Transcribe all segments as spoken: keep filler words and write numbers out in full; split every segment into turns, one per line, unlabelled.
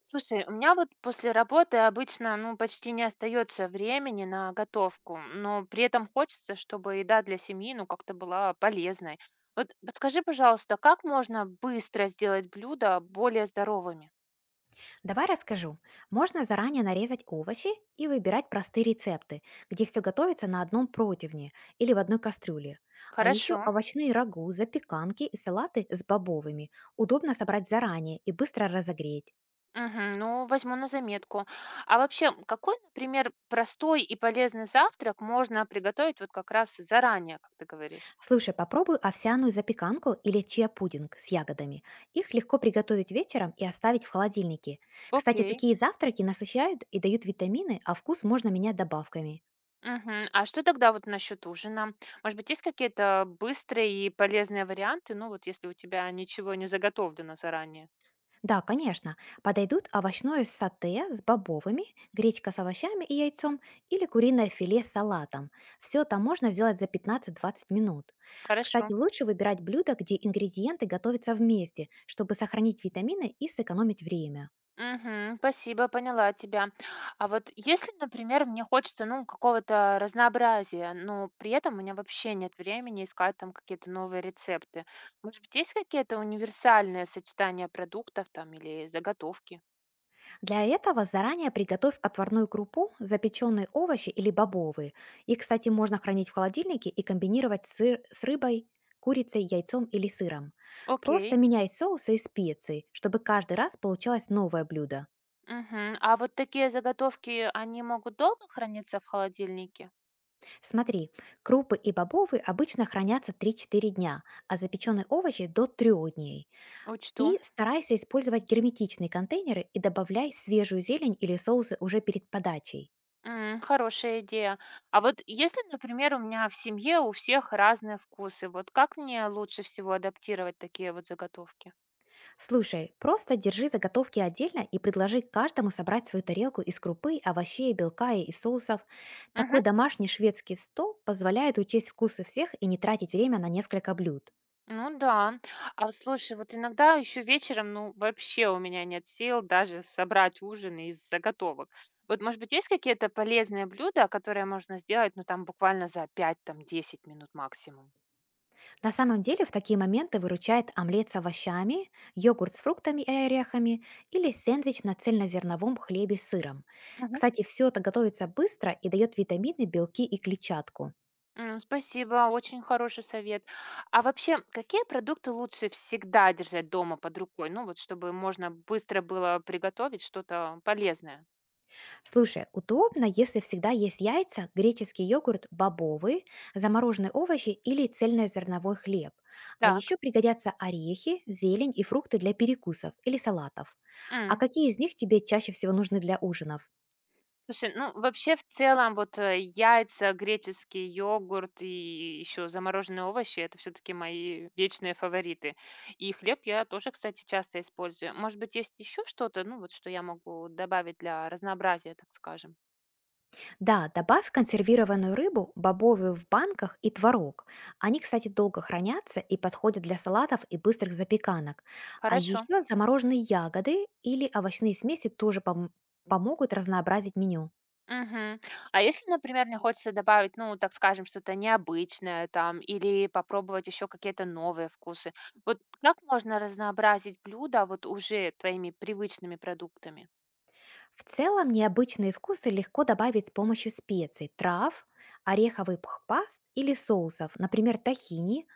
Слушай, у меня вот после работы обычно, ну, почти не остается времени на готовку, но при этом хочется, чтобы еда для семьи, ну, как-то была полезной. Вот подскажи, пожалуйста, как можно быстро сделать блюда более здоровыми?
Давай расскажу. Можно заранее нарезать овощи и выбирать простые рецепты, где все готовится на одном противне или в одной кастрюле. А еще
Хорошо.
овощные рагу, запеканки и салаты с бобовыми удобно собрать заранее и быстро разогреть.
Мгм. Ну, возьму на заметку. А вообще, какой, например, простой и полезный завтрак можно приготовить вот как раз заранее, как ты говоришь?
Слушай, попробуй овсяную запеканку или чиа-пудинг с ягодами. Их легко приготовить вечером и оставить в холодильнике. Кстати,
Окей.
такие завтраки насыщают и дают витамины, а вкус можно менять добавками.
Мгм. А что тогда вот насчет ужина? Может быть, есть какие-то быстрые и полезные варианты? Ну, вот если у тебя ничего не заготовлено заранее.
Да, конечно. Подойдут овощное сате с бобовыми, гречка с овощами и яйцом или куриное филе с салатом. Все это можно сделать за пятнадцать двадцать минут.
Хорошо.
Кстати, лучше выбирать блюда, где ингредиенты готовятся вместе, чтобы сохранить витамины и сэкономить время.
Мгм. Спасибо, поняла тебя. А вот если, например, мне хочется, ну, какого-то разнообразия, но при этом у меня вообще нет времени искать там какие-то новые рецепты, может быть, есть какие-то универсальные сочетания продуктов там или заготовки?
Для этого заранее приготовь отварную крупу, запеченные овощи или бобовые. Их, кстати, можно хранить в холодильнике и комбинировать сыр с рыбой, курицей, яйцом или сыром. Просто
Окей.
меняй соусы и специи, чтобы каждый раз получалось новое блюдо.
Мгм. А вот такие заготовки, они могут долго храниться в холодильнике?
Смотри, крупы и бобовые обычно хранятся три-четыре дня, а запеченные овощи до трёх дней.
Учту.
И старайся использовать герметичные контейнеры и добавляй свежую зелень или соусы уже перед подачей.
М, хорошая идея. А вот если, например, у меня в семье у всех разные вкусы, вот как мне лучше всего адаптировать такие вот заготовки?
Слушай, просто держи заготовки отдельно и предложи каждому собрать свою тарелку из крупы, овощей, белка и и соусов. Такой
Мгм.
домашний шведский стол позволяет учесть вкусы всех и не тратить время на несколько блюд.
Ну да. А слушай, вот иногда еще вечером, ну вообще у меня нет сил даже собрать ужин из заготовок. Вот, может быть, есть какие-то полезные блюда, которые можно сделать, ну там буквально за пять десять минут максимум?
На самом деле в такие моменты выручает омлет с овощами, йогурт с фруктами и орехами или сэндвич на цельнозерновом хлебе с сыром. Кстати, все это готовится быстро и дает витамины, белки и клетчатку.
М, спасибо, очень хороший совет. А вообще, какие продукты лучше всегда держать дома под рукой? Ну вот, чтобы можно быстро было приготовить что-то полезное.
Слушай, удобно, если всегда есть яйца, греческий йогурт, бобовые, замороженные овощи или цельнозерновой хлеб. А
Так.
еще пригодятся орехи, зелень и фрукты для перекусов или салатов. А
М.
какие из них тебе чаще всего нужны для ужинов?
Слушай, ну вообще в целом вот э, яйца, греческий йогурт и еще замороженные овощи — это все-таки мои вечные фавориты. И хлеб я тоже, кстати, часто использую. Может быть, есть еще что-то, ну вот, что я могу добавить для разнообразия, так скажем.
Да, добавь консервированную рыбу, бобовую в банках и творог. Они, кстати, долго хранятся и подходят для салатов и быстрых запеканок. А
Хорошо.
еще замороженные ягоды или овощные смеси тоже пом- помогут разнообразить меню.
Мгм. А если, например, мне хочется добавить, ну, так скажем, что-то необычное там или попробовать еще какие-то новые вкусы, вот как можно разнообразить блюдо вот уже твоими привычными продуктами?
В целом необычные вкусы легко добавить с помощью специй, трав, ореховых паст или соусов, например, тахини,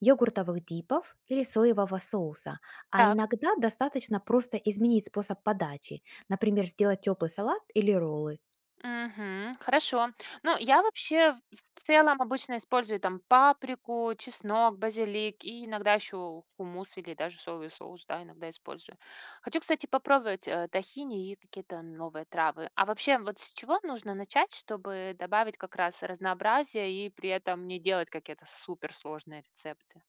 йогуртовых дипов или соевого соуса. А
Так.
иногда достаточно просто изменить способ подачи, например, сделать теплый салат или роллы.
Мгм. Хорошо. Ну, я вообще в в целом обычно использую там паприку, чеснок, базилик и иногда еще хумус или даже соевый соус, да, иногда использую. Хочу, кстати, попробовать э, тахини и какие-то новые травы. А вообще, вот с чего нужно начать, чтобы добавить как раз разнообразие и при этом не делать какие-то суперсложные рецепты?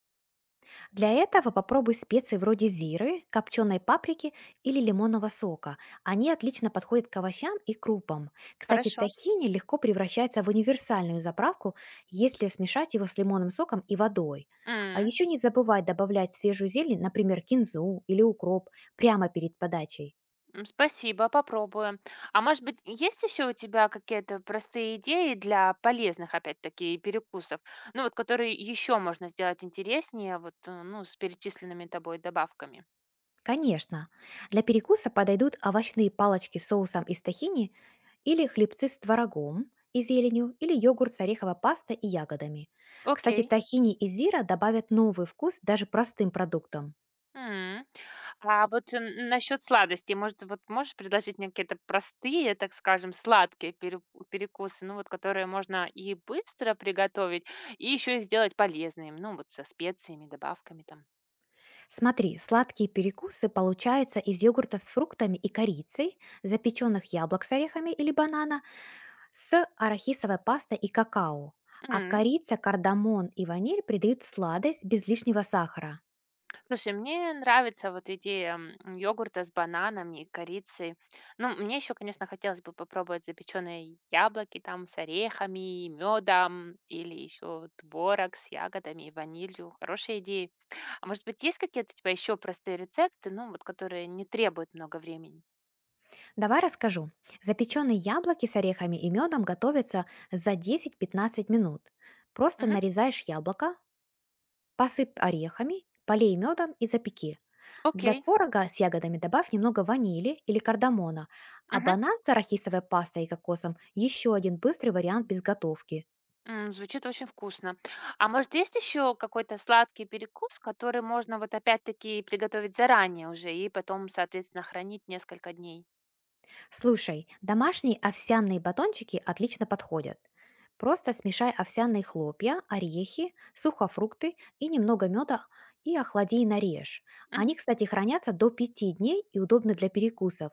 Для этого попробуй специи вроде зиры, копченой паприки или лимонного сока. Они отлично подходят к овощам и крупам. Кстати,
Хорошо.
тахини легко превращается в универсальную заправку, если смешать его с лимонным соком и водой. А
М.
еще не забывай добавлять свежую зелень, например, кинзу или укроп, прямо перед подачей.
М, спасибо, попробую. А может быть, есть еще у тебя какие-то простые идеи для полезных, опять-таки, перекусов? Ну вот, которые еще можно сделать интереснее, вот, э, ну, с перечисленными тобой добавками.
Конечно. Для перекуса подойдут овощные палочки с соусом из тахини или хлебцы с творогом и зеленью, или йогурт с ореховой пастой и ягодами. Кстати,
Окей.
тахини и зира добавят новый вкус даже простым продуктам.
М. А вот насчет сладостей, может, вот можешь предложить мне какие-то простые, так скажем, сладкие пере- перекусы, ну вот, которые можно и быстро приготовить, и еще их сделать полезными, ну вот со специями, добавками
Смотри, сладкие перекусы получаются из йогурта с фруктами и корицей, запеченных яблок с орехами или банана, с арахисовой пастой и какао. А
там.
корица, кардамон и ваниль придают сладость без лишнего сахара.
Слушай, мне нравится вот идея м, йогурта с бананами и корицей. Ну, мне еще, конечно, хотелось бы попробовать запеченные яблоки там с орехами, медом или еще творог с ягодами и ванилью. Хорошая идея. А может быть, есть какие-то у тебя еще простые рецепты, ну, вот которые не требуют много времени?
Давай расскажу. Запеченные яблоки с орехами и медом готовятся за десять пятнадцать минут. Просто
Мгм.
нарезаешь яблоко, посыпь орехами, полей медом и запеки. Для
Окей.
творога с ягодами добавь немного ванили или кардамона, а
Мгм.
банан с арахисовой пастой и кокосом еще один быстрый вариант без готовки.
М, звучит очень вкусно. А может, есть еще какой-то сладкий перекус, который можно вот опять-таки приготовить заранее уже и потом, соответственно, хранить несколько дней?
Слушай, домашние овсяные батончики отлично подходят. Просто смешай овсяные хлопья, орехи, сухофрукты и немного меда и охлади и нарежь.
Мгм.
Они, кстати, хранятся до пяти дней и удобны для перекусов.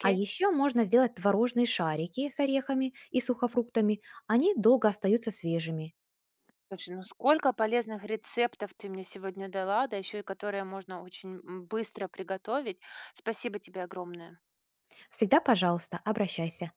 А еще можно сделать творожные шарики с орехами и сухофруктами. Они долго остаются свежими.
Слушай, ну сколько полезных рецептов ты мне сегодня дала, да еще и которые можно очень м, быстро приготовить. Спасибо тебе огромное.
Всегда, пожалуйста, обращайся.